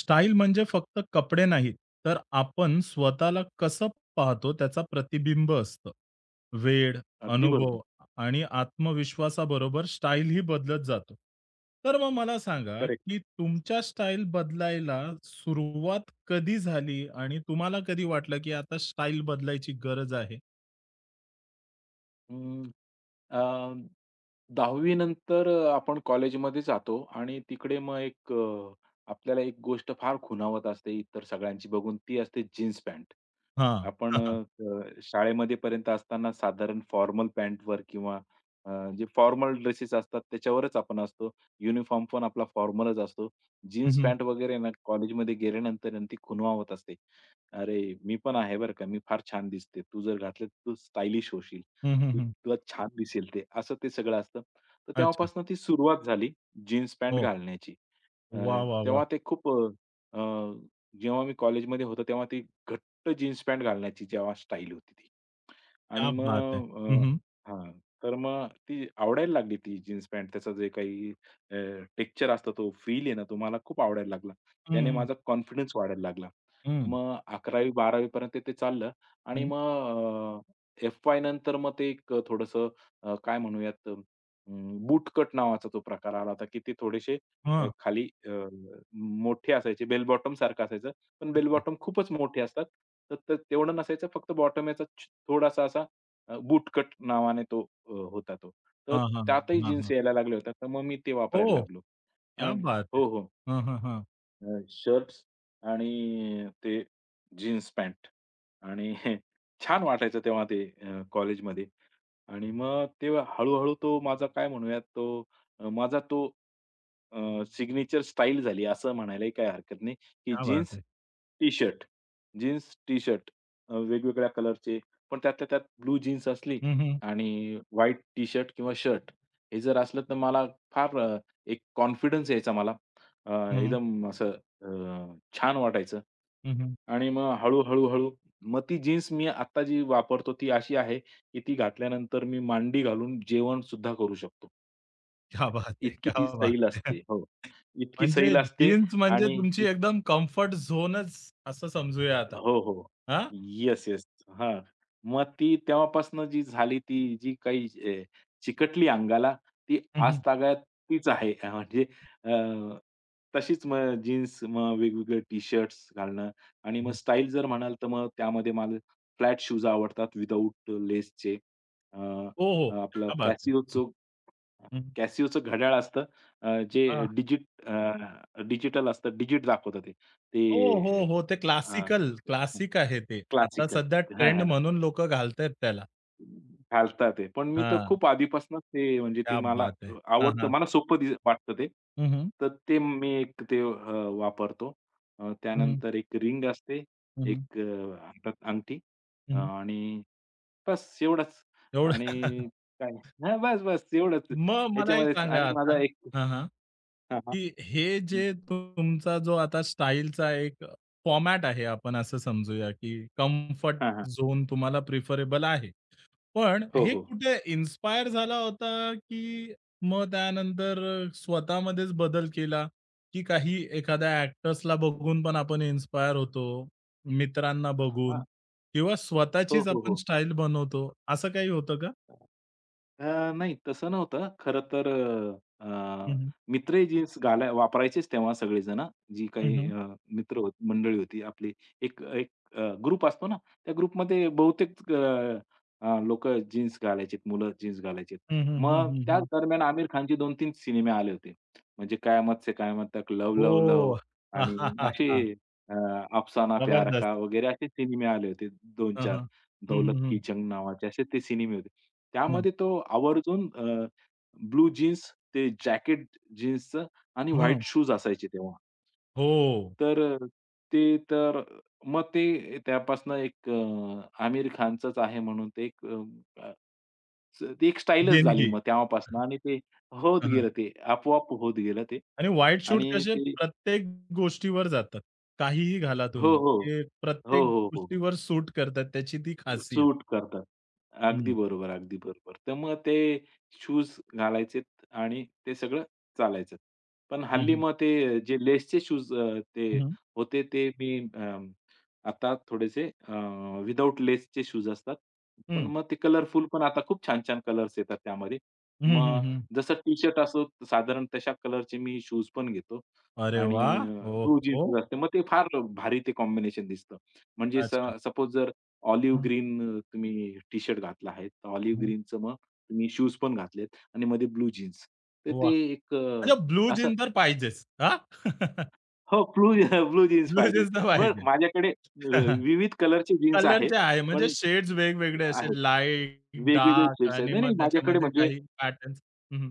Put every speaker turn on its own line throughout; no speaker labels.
Style म्हणजे फक्त कपडे नाहीत, तर आपण स्वतःला कसं पाहतो त्याचा प्रतिबिंब असतं. वेळ,
अगदी
अनुभव
बरोबर.
आणि आत्मविश्वासाबरोबर स्टाईल ही बदलत जातो. तर मग मला सांगा,
करेक्ट.
की तुमच्या स्टाईल बदलायला सुरुवात कधी झाली आणि तुम्हाला कधी वाटलं, की आता स्टाईल बदलायची गरज आहे?
अ, 10वी नंतर आपण कॉलेजमध्ये जातो आणि तिकडे मग एक आपल्याला एक गोष्ट फार खुणावत असते इतर सगळ्यांची बघून, ती असते जीन्स पॅन्ट.
हां.
आपण
हां, हां.
अ, अ, शाळेमध्ये पर्यंत असताना साधारण फॉर्मल पॅन्टवर किंवा अ, जे फॉर्मल ड्रेसेस असतात त्याच्यावरच आपण असतो. युनिफॉर्म पण आपला फॉर्मलच असतो.
हं,
जीन्स
हं.
पॅन्ट वगैरे ना कॉलेजमध्ये गेल्यानंतर आणि ती खुणवावत असते. "अरे, मी पण आहे बरं का, मी फार छान दिसते. तू जर घातलं तर तू स्टायलिश होशील.
हं, हं,
तुला छान दिसेल ते, असं ते सगळं असतं. तर
अच्छा.
तेव्हापासून ती सुरुवात झाली जीन्स पॅन्ट
हो.
घालण्याची. अ,
वाह, वाह, वाह!
तेव्हा ते खूप अ, अ, जेव्हा मी कॉलेजमध्ये होतो तेव्हा ती घट्ट जीन्स पॅन्ट घालण्याची जेव्हा स्टाईल होती ती.
क्या
आणि
बात है!
मग
हं, हं.
हां. तर मग ती आवडायला लागली ती जीन्स पॅन्ट. त्याचं जे काही अ, टेक्स्चर असतं, तो फील आहे ना, तो मला खूप आवडायला लागला.
हं,
त्याने
हं.
माझा कॉन्फिडन्स वाढायला लागला.
हं.
मग 11वी बारावी पर्यंत ते चाललं आणि
हं.
मग FY नंतर मग ते एक थोडंसं काय म्हणूयात नावाचा तो प्रकार आला होता, की ते थोडेसे खाली मोठे असायचे, बेल बॉटम सारखं असायचं पण बेल बॉटम खूपच मोठे असतात. तर तर तेवढं नसायचं फक्त बॉटम याचा थोडासा असा बूटकट नावाने तो होता तो. तर
हां, हां.
त्यातही
हां,
जीन्स
हां.
यायला लागल्या होत्या. तर मग मी ते वापरायला
ओह!
लागलो.
क्या
आणि?
बात है!
हो, हो.
हां, हां, हां.
शर्ट्स आणि ते जीन्स पॅन्ट आणि छान वाटायचं तेव्हा ते कॉलेजमध्ये आणि मग तेव्हा हळू-हळू तो माझा काय म्हणूयात तो माझा तो अ, सिग्नेचर स्टाईल झाली असं म्हणायलाही काही हरकत नाही, की
क्या बात
जीन्स,
है!
टी-शर्ट, जीन्स, टी-शर्ट वेगवेगळ्या कलरचे, पण त्यातल्या त्यात ब्लू जीन्स असली
हं, हं.
आणि व्हाईट टी-शर्ट किंवा शर्ट हे जर असलं तर मला फार एक कॉन्फिडन्स यायचा मला. अ,
हं, हं.
एकदम असं अ, छान वाटायचं.
हं, हं.
आणि मग हळू-हळू, मग ती जीन्स मी आत्ता जी वापरतो ती अशी आहे, की ती घातल्यानंतर मी मांडी घालून जेवण सुद्धा करू शकतो.
क्या बात है!
इतकी ती
क्या बात
सैल
है!
असते. हो. इतकी
म्हणजे
सैल असते
जीन्स म्हणजे
आणि
तुमची एकदम कम्फर्ट झोनच असं समजूया आता.
हो, हो.
हां?
Yes, yes. हां. मग ती तेव्हापासून जी झाली ती जी काही अ, चिकटली अंगाला, ती
हं, हं.
आजतागायत तीच आहे. म्हणजे अ, तशीच मग जीन्स, मग वेगवेगळे टी-शर्ट्स घालणं आणि मग
हं.
स्टाईल जर म्हणाल, तर मग त्यामध्ये मला फ्लॅट शूज आवडतात विथआऊट लेसचे. अ,
हो, हो.
अ, आपलं
क्या बात है! हं,
Casioचं
हं.
Casioचं घड्याळ असतं जे
हां.
डिजिटल असतं, डिजिट दाखवतं ते.
हो, हो,
ते
हो. ते
अ,
क्लासिकल क्लासिक आहे ते. आता
क्लासिकल.
सध्या
हां,
ट्रेंड
हां.
म्हणून लोकं घालतायत त्याला.
घालतात ते. पण मी तर
हां.
खूप आधीपासूनच ते म्हणजे ते
क्या
मला
बात है! हां,
आवडतं.
हां.
मला सोपं वाटतं ते.
हं, हं.
तर ते मी एक ते वापरतो.
हं, हं.
त्यानंतर एक रिंग असते,
हं,
एक हातात अंगठी आणि बस एवढंच.
एवढं
आणि काय हां, बस, एवढंच.
मग मला एक
याच्यामध्येच
सांगा
आणि
आता,
माझा एक
हां, हां.
हां, हां.
की हे जे
हं.
तुमचा जो आता स्टाईलचा एक फॉर्मॅट आहे, आपण असं समजूया, की कम्फर्ट
हां, हां.
झोन तुम्हाला प्रिफरेबल आहे. पण
हो,
हे
हो.
कुठे इन्स्पायर झाला होता, की मग त्यानंतर स्वतःमध्येच बदल केला, की काही एखाद्या ॲक्टर्सला बघून पण आपण इन्स्पायर होतो, मित्रांना बघून
हां.
किंवा
हो,
स्वतःचीच
हो,
आपण
हो.
स्टाईल बनवतो, असं काही होतं का?
नाही तसं नव्हतं. खरं तर अ,
हं,
अ,
हं.
मित्री जीन्स घालाय वापरायचेच तेव्हा सगळेजणं. जी
हं,
काही
हं.
मित्र होत मंडळी होती आपली. एक एक ग्रुप असतो ना, त्या ग्रुपमध्ये बहुतेक जीन्स घालायचेत, मुलं जीन्स घालायचेत.
हं,
मग त्याच
हं,
दरम्यान आमिर खानचे 2-3 सिनेमे आले होते. म्हणजे "कयामत से कयामत तक", "लव लव लव"
ओह!
आणि असे अ, "अफसाना प्यार
जबरदस्त.
का" वगैरे असे सिनेमे आले होते
हं,
2-4.
हं. हं,
"दौलत
हं,
की
हं.
जंग" नावाचे असे ते सिनेमे होते.
हं,
त्यामध्ये तो आवर्जून ब्लू जीन्स, ते जॅकेट जीन्सचं आणि
हं.
व्हाईट शूज असायचे तेव्हा.
हो,
तर ते तर मग ते त्यापासून एक आमिर खानचंच आहे म्हणून ते एक ती एक स्टाईलच झाली
देणगी.
मग तेव्हापासून आणि ते होत
हं, हं.
गेलं ते आपोआप होत गेलं ते
आणि व्हाईट शूट
आणि
कसे
ते
प्रत्येक गोष्टीवर जातात. काहीही घाला
हो,
तुम्ही.
हो.
ते
हो,
प्रत्येक
हो, हो.
गोष्टीवर सूट करतात. त्याची ती खासियत.
सूट करतात. अगदी
हं,
बरोबर, अगदी बरोबर. तर मग ते शूज घालायचेत आणि ते सगळं चालायचं. पण
हं,
हल्ली
हं.
मग ते जे लेसचे शूज ते
हं, हं.
होते ते मी आता थोडेसे विदाऊट लेसचे शूज असतात. पण
हं.
मग ते कलरफुल पण आता खूप छान-छान कलर्स येतात त्यामध्ये.
हं,
मग
हं,
जसं टी-शर्ट असो साधारण तशा कलरचे मी शूज पण घेतो
अरे
आणि
वाह!
ब्लू
ओहो!
जीन्स असते. मग ते फार भारी ते कॉम्बिनेशन दिसतं. म्हणजे
अच्छा.
सपोज जर ऑलिव्ह
हं,
ग्रीन तुम्ही टी-शर्ट घातला आहे. तर ऑलिव्ह
हं.
ग्रीनचं मग तुम्ही शूज पण घातलेत आणि मध्ये ब्लू जीन्स. तर
वाह!
ते एक
अच्छा ब्लू
असं
जीन्स तर पाहिजेच. हां?
हो, ब्लू ब्लू जीन्स
ब्लू
पाहिजेत.
जीन्स तर
मग
पाहिजे.
माझ्याकडे विविध कलरचे जीन्स आहेत.
कलरचे आहे म्हणजे
पण
शेड्स वेगवेगळे असे
आहेत.
लाईट,
वेगवेगळे
डार्क
शेड्स आहेत.
आणि
नाही, नाही
मग
माझ्याकडे
त्याच्यामध्ये
म्हणजे
काही पॅटर्न्स. हं,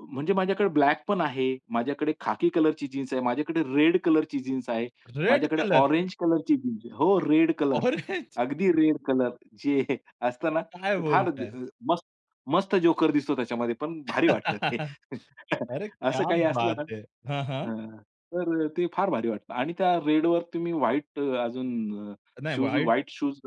म्हणजे माझ्याकडे ब्लॅक पण आहे, माझ्याकडे खाकी कलरची जीन्स आहे, माझ्याकडे रेड कलरची जीन्स आहे,
रेड
माझ्याकडे
कलर,
ऑरेंज कलरची जीन्स आहे. हो, रेड कलर.
ऑरेंज
अगदी रेड कलर जे असतं ना,
काय
ते फार
बोलताय?
मस्त मस्त जोकर दिसतो त्याच्यामध्ये, पण भारी वाटतं ते.
अरे क्या
असं काही असलं
बात
ना
है! हां, हां.
हां, तर ते फार भारी वाटतं आणि त्या रेडवर तुम्ही व्हाईट अजून
नाही
shoes
white
white shoes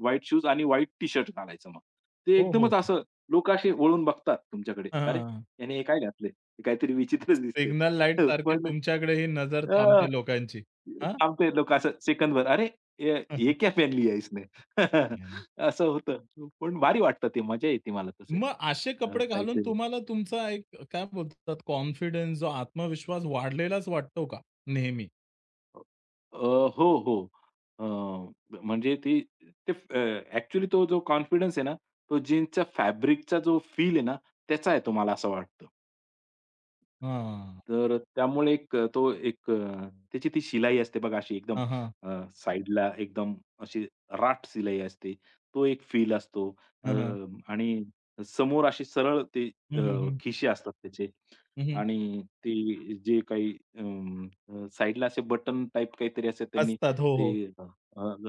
white shoes आणि व्हाईट टी-शर्ट घालायचं मग. ते
हो, हो,
एकदमच
हो.
असं लोकं असे वळून बघतात तुमच्याकडे. "अरे,
हां.
याने हे काय घातलंय? हे काहीतरी विचित्रच दिसतंय."
सिग्नल लाईट
हं,
सारखे
पण
तुमच्याकडे ही नजर
अ,
थांबते लोकांची. हां?
थांबते लोकं असं सेकंदभर. "अरे, ये ये क्या पहन लिया इसने?"
नाही, नाही.
असं होतं. पण भारी वाटतं ते, मजा येते मला तसे
मग असे कपडे घालून
काहीतरी.
तुम्हाला तुमचा एक काय बोलतात कॉन्फिडन्स जो आत्मविश्वास वाढलेलाच वाटतो का नेहमी?
अ, हो, हो. अ, म्हणजे ती ते तो जो कॉन्फिडन्स आहे ना, तो जीन्सच्या फॅब्रिकचा जो फील आहे ना, त्याचा येतो मला असं वाटतं.
हां.
तर त्यामुळे एक तो एक त्याची ती शिलाई असते बघा अशी एकदम
हां, हां.
अ, साइडला एकदम अशी राठ शिलाई असते. तो एक फील असतो. अ,
हां, हां.
आणि समोर अशी सरळ ते अ,
हं, हं, हं.
खिसे असतात त्याचे
हं, हं.
आणि ते जे काही साइडला असे बटन टाइप काहीतरी असतात त्यांनी
असतात. हो,
ते
हो.
अ,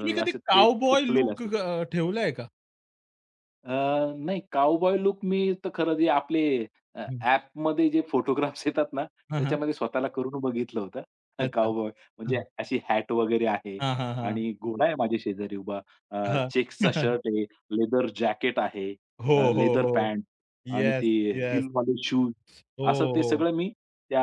तुम्ही कधी
असे ते
काउबॉय
ठोकलेले
लूक
असतात.
ठेवलाय का?
नाही काउबॉय लूक मी तर खरं जे आपले
हं.
ॲपमध्ये जे फोटोग्राफ्स येतात ना,
हां, हां.
त्याच्यामध्ये स्वतःला करून बघितलं होतं.
अच्छा.
काउबॉय म्हणजे
हां,
अशी हॅट वगैरे आहे
हां, हां, हां.
आणि घोडा आहे माझ्या शेजारी उभा.
हां.
चेक्सचा शर्ट आहे, लेदर जॅकेट आहे,
हो, हो,
लेदर
हो.
पॅन्ट आणि
येस,
ते
येस.
हिलवाले शूज
हो,
असं ते
हो.
सगळं मी त्या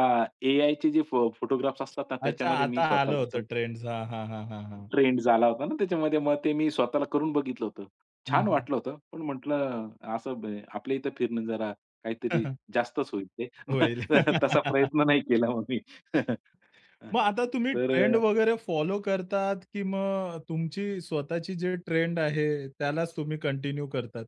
एआयचे जे फोटोग्राफ्स असतात ना,
अच्छा
त्याच्यामध्ये मी
आता आलं
स्वतःला
होतं
असं
ट्रेंड्स. हां, हां, हां, हां, हां.
ट्रेंड झाला होता ना त्याच्यामध्ये. मग ते मी स्वतःला करून बघितलं होतं.
हं,
छान
हं.
वाटलं होतं. पण म्हटलं असं आपल्या इथं फिरणं जरा काहीतरी जास्तच होईल ते.
होईल.
तसा प्रयत्न नाही केला मग मी.
मग आता तुम्ही ट्रेंड
तर
वगैरे फॉलो करतात, की मग तुमची स्वतःची जे ट्रेंड आहे त्यालाच तुम्ही कंटिन्यू करतात?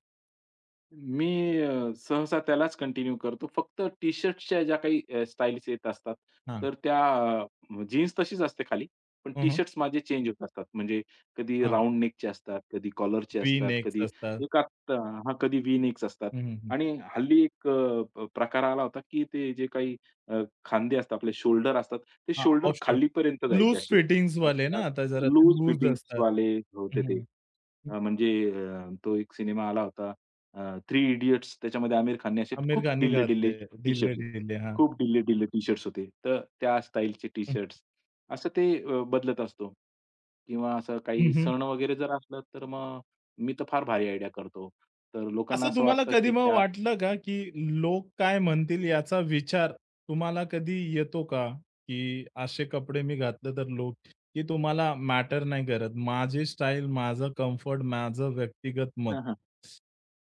मी सहसा त्यालाच कंटिन्यू करतो. फक्त टी-शर्ट्सच्या ज्या काही स्टाईल्स येत असतात,
हां.
तर त्या जीन्स तशीच असते खाली, पण
हं, हं.
टी-शर्ट्स माझे चेंज होत असतात. म्हणजे कधी
हां.
राउंड नेकचे असतात, कधी कॉलरचे
व्ही
असतात,
नेक्स
कधी
असतात.
एकात हां, कधी व्ही नेक्स असतात.
हं, हं, हं.
आणि हल्ली एक अ, प प्रकार आला होता, की ते जे काही खांदे असतात, आपले शोल्डर असतात, ते
हां,
शोल्डर
ऑफ शोल्ड.
खालीपर्यंत जायचे
लूज
असे. अग
फिटिंग्सवाले ना
अग
आता जरा ते
लूज
लूज
फिटिंग
असतात.
वाले होते
हं,
ते.
हं.
म्हणजे तो एक सिनेमा आला होता थ्री इडियट्स त्याच्यामध्ये आमिर खानने असे
आमिर
खूप
खानने
डिल्ले डिल्ले
घातले
टी-शर्ट्स होते.
ढिल्ले-ढिल्ले. हां.
खूप ढिल्ले-ढिल्ले टी-शर्ट्स होते. तर त्या स्टाईलचे
हं,
टी-शर्ट्स असं ते बदलत असतो. किंवा असं
हं,
काही
हं.
सण वगैरे जर असलं तर मग मी तर फार भारी आयडिया करतो. तर लोकांना
असं
असं
तुम्हाला
वाटतं
कधी
की
मग
त्या
वाटलं का, की लोक काय म्हणतील याचा विचार तुम्हाला कधी येतो का? की असे कपडे मी घातले तर लोक की तुम्हाला मॅटर नाही करत. माझी स्टाईल, माझं कम्फर्ट, माझं व्यक्तिगत मत.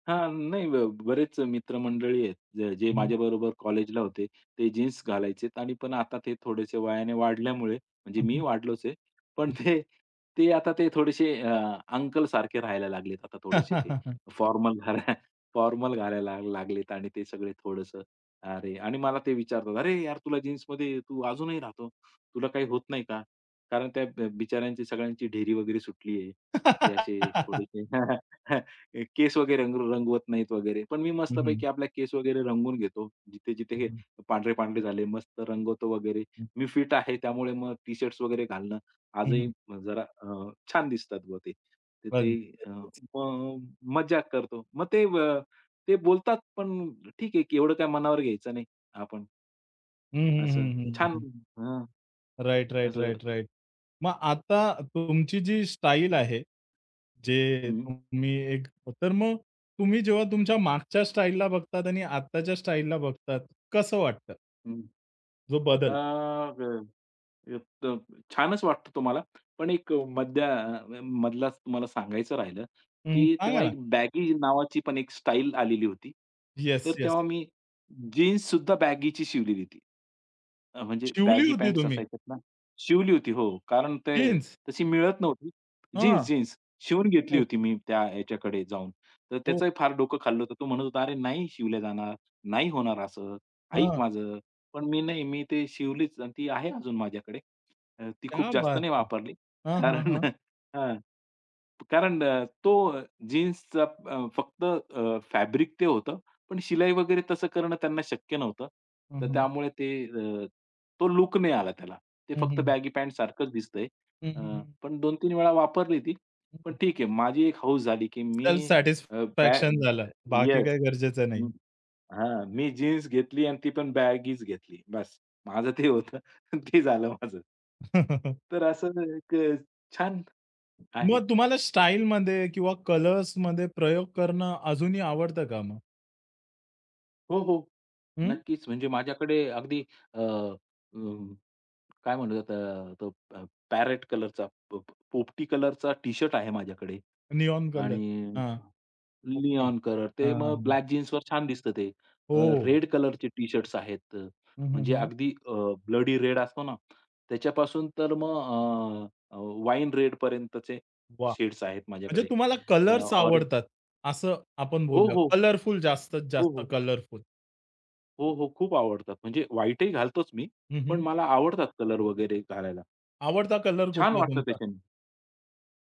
हां, नाही बरेच मित्रमंडळी आहेत, जे जे
हं.
माझ्याबरोबर कॉलेजला होते, ते जीन्स घालायचेत आणि पण आता ते थोडेसे वयाने वाढल्यामुळे म्हणजे
हं,
मी
हं.
वाढलोच आहे. पण ते ते आता ते थोडेसे अंकल सारखे राहायला लागलेत. आता थोडेसे ते
हं,
फॉर्मल घाला फॉर्मल लागलेत आणि ते सगळे थोडंसं अरे आणि मला ते विचारतात, "अरे यार, तुला जीन्समध्ये तू अजूनही राहतो. तुला काही होत नाही का?" कारण त्या बिचाऱ्यांची सगळ्यांची ढेरी वगैरे सुटली आहे. ते असे थोडेसे ए, केस वगैरे रंगवत नाहीत वगैरे. पण मी
हं. हं, हं.
मस्तपैकी आपला केस वगैरे रंगवून घेतो. जिथे-जिथे हे
हं,
पांढरे-पांढरे झाले मस्त रंगवतो वगैरे.
हं.
मी फिट आहे त्यामुळे मग टी-शर्ट्स वगैरे घालणं
हं,
आजही
हं.
जरा छान दिसतात बुवा ते. तर ते
अगदी.
अ, मग मज्जा करतो. मग ते ते बोलतात पण ठीक आहे की एवढं काय मनावर घ्यायचं नाही आपण
हं, हं,
असं
हं,
छान
हं, हं.
हां,
राइट, राइट,
असं
राइट, राइट. मग आता तुमची जी स्टाईल आहे, जे
हं,
तुम्ही एक तर मग तुम्ही जेव्हा तुमच्या मागच्या स्टाईलला बघतात आणि आत्ताच्या स्टाईलला बघतात, कसं वाटतं?
हं.
जो
अ,
बदल.
अ, त छानच वाटतो तो पण एक मध्या मधलाच तुम्हाला सांगायचं राहिलं,
हं,
की
सांगा
तेव्हा
ना.
एक बॅगी नावाची पण एक स्टाईल आलेली होती. तर
येस, येस.
तेव्हा मी जीन्स सुद्धा बॅगीची शिवलेली ती. म्हणजे
शिवली
बॅगी
होती
पॅन्ट्स
तुम्ही
असायच्यात ना, शिवली होती हो. कारण ते
जीन्स?
तशी मिळत नव्हती.
हां.
जीन्स शिवून घेतली
ओह,
होती मी त्या ह्याच्याकडे जाऊन. तर
हो.
त्याचंही फार डोकं खाल्लं होतं. तो म्हणत होता, "अरे नाही शिवल्या जाणार, नाही होणार असं, ऐक
हां.
माझं." पण मी नाही, मी ते शिवलीच आणि ती आहे अजून माझ्याकडे. ती
क्या
खूप जास्त
बात
नाही
है!
वापरली.
हां, हां,
कारण
हां.
हां. कारण तो जीन्सचा फक्त फॅब्रिक ते होतं पण शिलाई वगैरे तसं करणं त्यांना शक्य नव्हतं.
हं,
तर
हं.
त्यामुळे ते तो लुक नाही आला त्याला. ते
हं,
फक्त
हं.
बॅगी पॅन्ट सारखंच दिसतंय.
हं,
अ,
हं, हं.
पण 2-3 वेळा वापरली ती. पण ठीक आहे, माझी एक हौस झाली, की
सेल्फ
मी अ, बॅ
सॅटिस्फॅक्शन झालं. बाकी
येस.
काही गरजेचं नाही.
हं, हां. मी जीन्स घेतली आणि ती पण बॅगीच घेतली. बस माझं ते होतं. ते झालं माझं. तर असं एक छान आहे.
मग तुम्हाला स्टाईलमध्ये किंवा कलर्समध्ये प्रयोग करणं अजूनही आवडतं का मग?
हो, हो.
हं,
नक्कीच. म्हणजे माझ्याकडे अगदी अ, अ काय म्हणलं जातं, तो पॅरेट कलरचा प प पोपटी कलरचा टी-शर्ट आहे माझ्याकडे
निऑन कलर.
आणि
हां, ओके.
निऑन कलर
हां,
ते
हां,
मग
हां.
ब्लॅक जीन्सवर छान दिसतं ते.
हो.
रेड कलरचे टी-शर्ट्स आहेत.
हं, हं,
म्हणजे
हं.
अगदी ब्लडी रेड असतो ना, त्याच्यापासून तर मग वाईन रेड पर्यंतचे
वाह!
शेड्स आहेत
म्हणजे
माझ्याकडे.
तुम्हाला कलर्स
ऑरेंज
आवडतात, असं आपण
हो,
बोलूया.
हो.
कलरफुल जास्तीत
हो,
जास्त
हो.
कलरफुल.
हो, हो. खूप आवडतात. म्हणजे व्हाईटही घालतोच मी,
हं,
पण
हं.
मला आवडतात कलर वगैरे घालायला.
आवडता कलर
छान
कुठला
वाटतं
तुमचा?
त्याच्याने.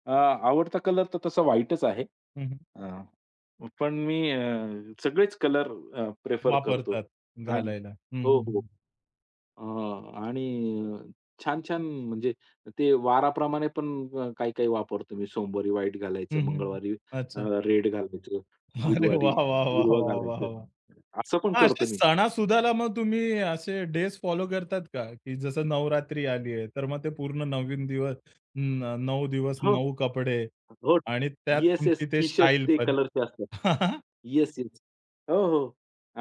आवडता कलर तर तसा व्हाईटच आहे.
हं, हं.
अ, पण मी सगळेच कलर प्रिफर करतो
वापरतात
आणि
घालायला. हं,
हो,
हं,
हो.
हं.
अ, आणि छान-छान म्हणजे ते वाराप्रमाणे पण काही-काही वापरतो मी. सोमवारी व्हाईट
हं,
घालायचं,
हं.
मंगळवारी अ,
अच्छा.
रेड घालायचं,
अरे
बुधवारी
वाह, वाह, वाह,
हिरवं
वाह, वाह,
घालायचं.
वाह!
असं पण
हां, असे
करतो मी.
सणासुदाला मग तुम्ही असे डेज फॉलो करतात का? की जसं नवरात्री आली आहे, तर मग ते पूर्ण 9 दिवस न 9 दिवस
हो.
9 कपडे
हो.
आणि त्यात
येस, येस.
तुमची ते
टी-शर्ट
स्टाईल
ते
पण.
कलरचे असतात. Yes, yes. हो, हो.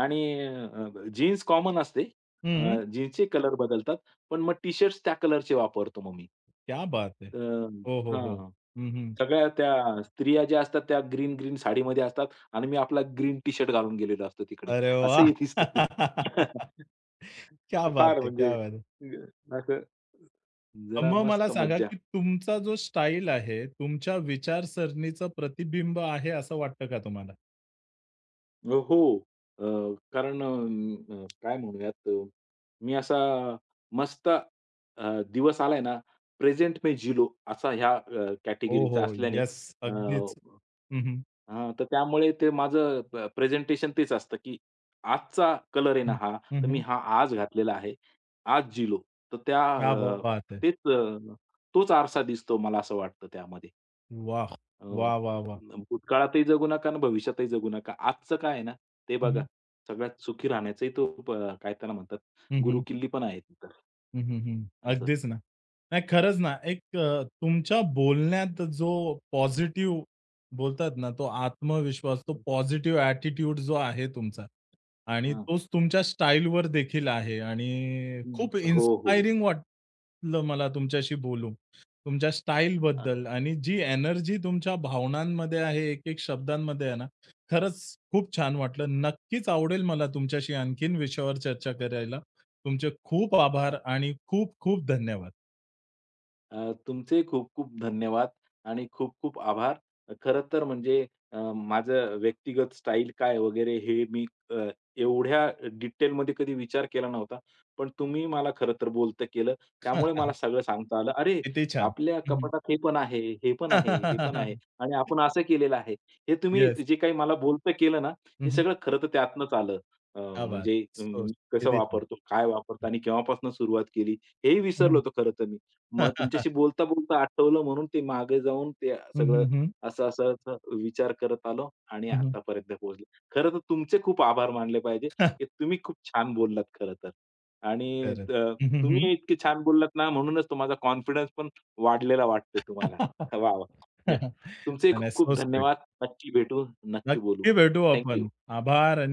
आणि जीन्स कॉमन असते.
हं,
जीन्सचे कलर बदलतात. पण मग टी-शर्ट्स त्या कलरचे वापरतो मग मी.
क्या बात है!
अ,
हो, हो, हो.
हां.
हं, हं.
सगळ्या त्या स्त्रिया ज्या असतात त्या ग्रीन-ग्रीन साडीमध्ये असतात आणि मी आपला ग्रीन टी-शर्ट घालून गेलेलो असतो तिकडे.
अरे वाह!
असंही दिसतं.
क्या बात
फार
है!
म्हणजे
क्या बात है!
ग- असं जरा
मग मला
मस्त
सांगा,
मज्जा
की तुमचा जो स्टाईल आहे, तुमच्या विचारसरणीचं प्रतिबिंब आहे असं वाटतं का तुम्हाला?
हो. अ, कारण अ, अ, काय म्हणूयात मी असा मस्त दिवस आलाय ना, प्रेझेंट में जी लो असा ह्या
हो,
कॅटेगरीचा
हो.
असल्याने
येस.
अ,
अगदीच. हं, हं.
हां, तर त्यामुळे ते माझं प्रेझेंटेशन तेच असतं, की आजचा कलर आहे ना
हं.
हा, तर मी हा आज घातलेला आहे. आज जी लो. तर त्या
क्या बात है!
तेच तोच आरसा दिसतो मला असं वाटतं त्यामध्ये.
वाह!
अ
वाह, वाह, वाह!
भूतकाळातही जगू नका आणि भविष्यातही जगू नका. आजचं काय आहे ना, ते
हं,
बघा.
हं.
सगळ्यात सुखी राहण्याचाही तो काय त्याला म्हणतात, गुरु
हं,
किल्ली पण आहे ती
हं, हं, हं.
असं.
अगदीच ना. नाही खरंच ना, एक तुमच्या बोलण्यात जो पॉझिटिव्ह बोलतात ना, तो आत्मविश्वास, तो
हं.
पॉझिटिव्ह ॲटिट्यूड जो आहे तुमचा आणि
हां.
तोच तुमच्या स्टाईलवर देखील आहे आणि खूप
हो, हो.
इन्स्पायरिंग वाटलं मला तुमच्याशी बोलून. तुमच्या स्टाईलबद्दल आणि जी एनर्जी तुमच्या भावनांमध्ये आहे, एक-एक शब्दांमध्ये आहे ना, खरंच खूप छान वाटलं. नक्कीच आवडेल मला तुमच्याशी आणखीन विषयावर चर्चा करायला. तुमचे खूप आभार आणि खूप खूप धन्यवाद.
तुमचे खूप-खूप धन्यवाद आणि खूप-खूप आभार. खरं तर म्हणजे माझं व्यक्तिगत स्टाईल काय वगैरे हे मी अ, एवढ्या डिटेलमध्ये कधी विचार केला नव्हता. पण तुम्ही मला खरं तर बोलतं केलं. त्यामुळे
हां,
मला सगळं सांगता आलं. अरे,
किती छान.
आपल्या
हं,
कपाटात हे पण आहे, हे पण आहे, हे पण आहे आणि आपण असं केलेलं आहे. हे तुम्ही
येस.
जे काही मला बोलतं केलं ना,
हं,
हे
हं.
सगळं खरं तर त्यातनंच आलं.
क्या बात!
म्हणजे
सो
कसं
किती छान.
वापरतो, काय वापरतो आणि केव्हापासून सुरुवात केली, हेही
हं,
विसरलो
हं.
होतो खरं तर मी. मग तुमच्याशी बोलता, बोलता आठवलं म्हणून ते मागे जाऊन ते
हं, हं,
सगळं
हं.
असं, असं, असं विचार करत आलो आणि
हं,
आतापर्यंत पोहोचलो. खरं तर तुमचे खूप आभार मानले पाहिजे, की तुम्ही खूप छान बोललात खरं तर. आणि
खरंच. हं, हं, हं.
तुम्ही इतके छान बोललात ना, म्हणूनच तो माझा कॉन्फिडन्स पण वाढलेला वाटतोय तुम्हाला. वाह! वाह! तुमचेही खूप
नाही. सो
खूप
स्वीट.
धन्यवाद. नक्की भेटू, नक्की बोलू.
नक्की भेटू आपण.
थँक
आभार आणि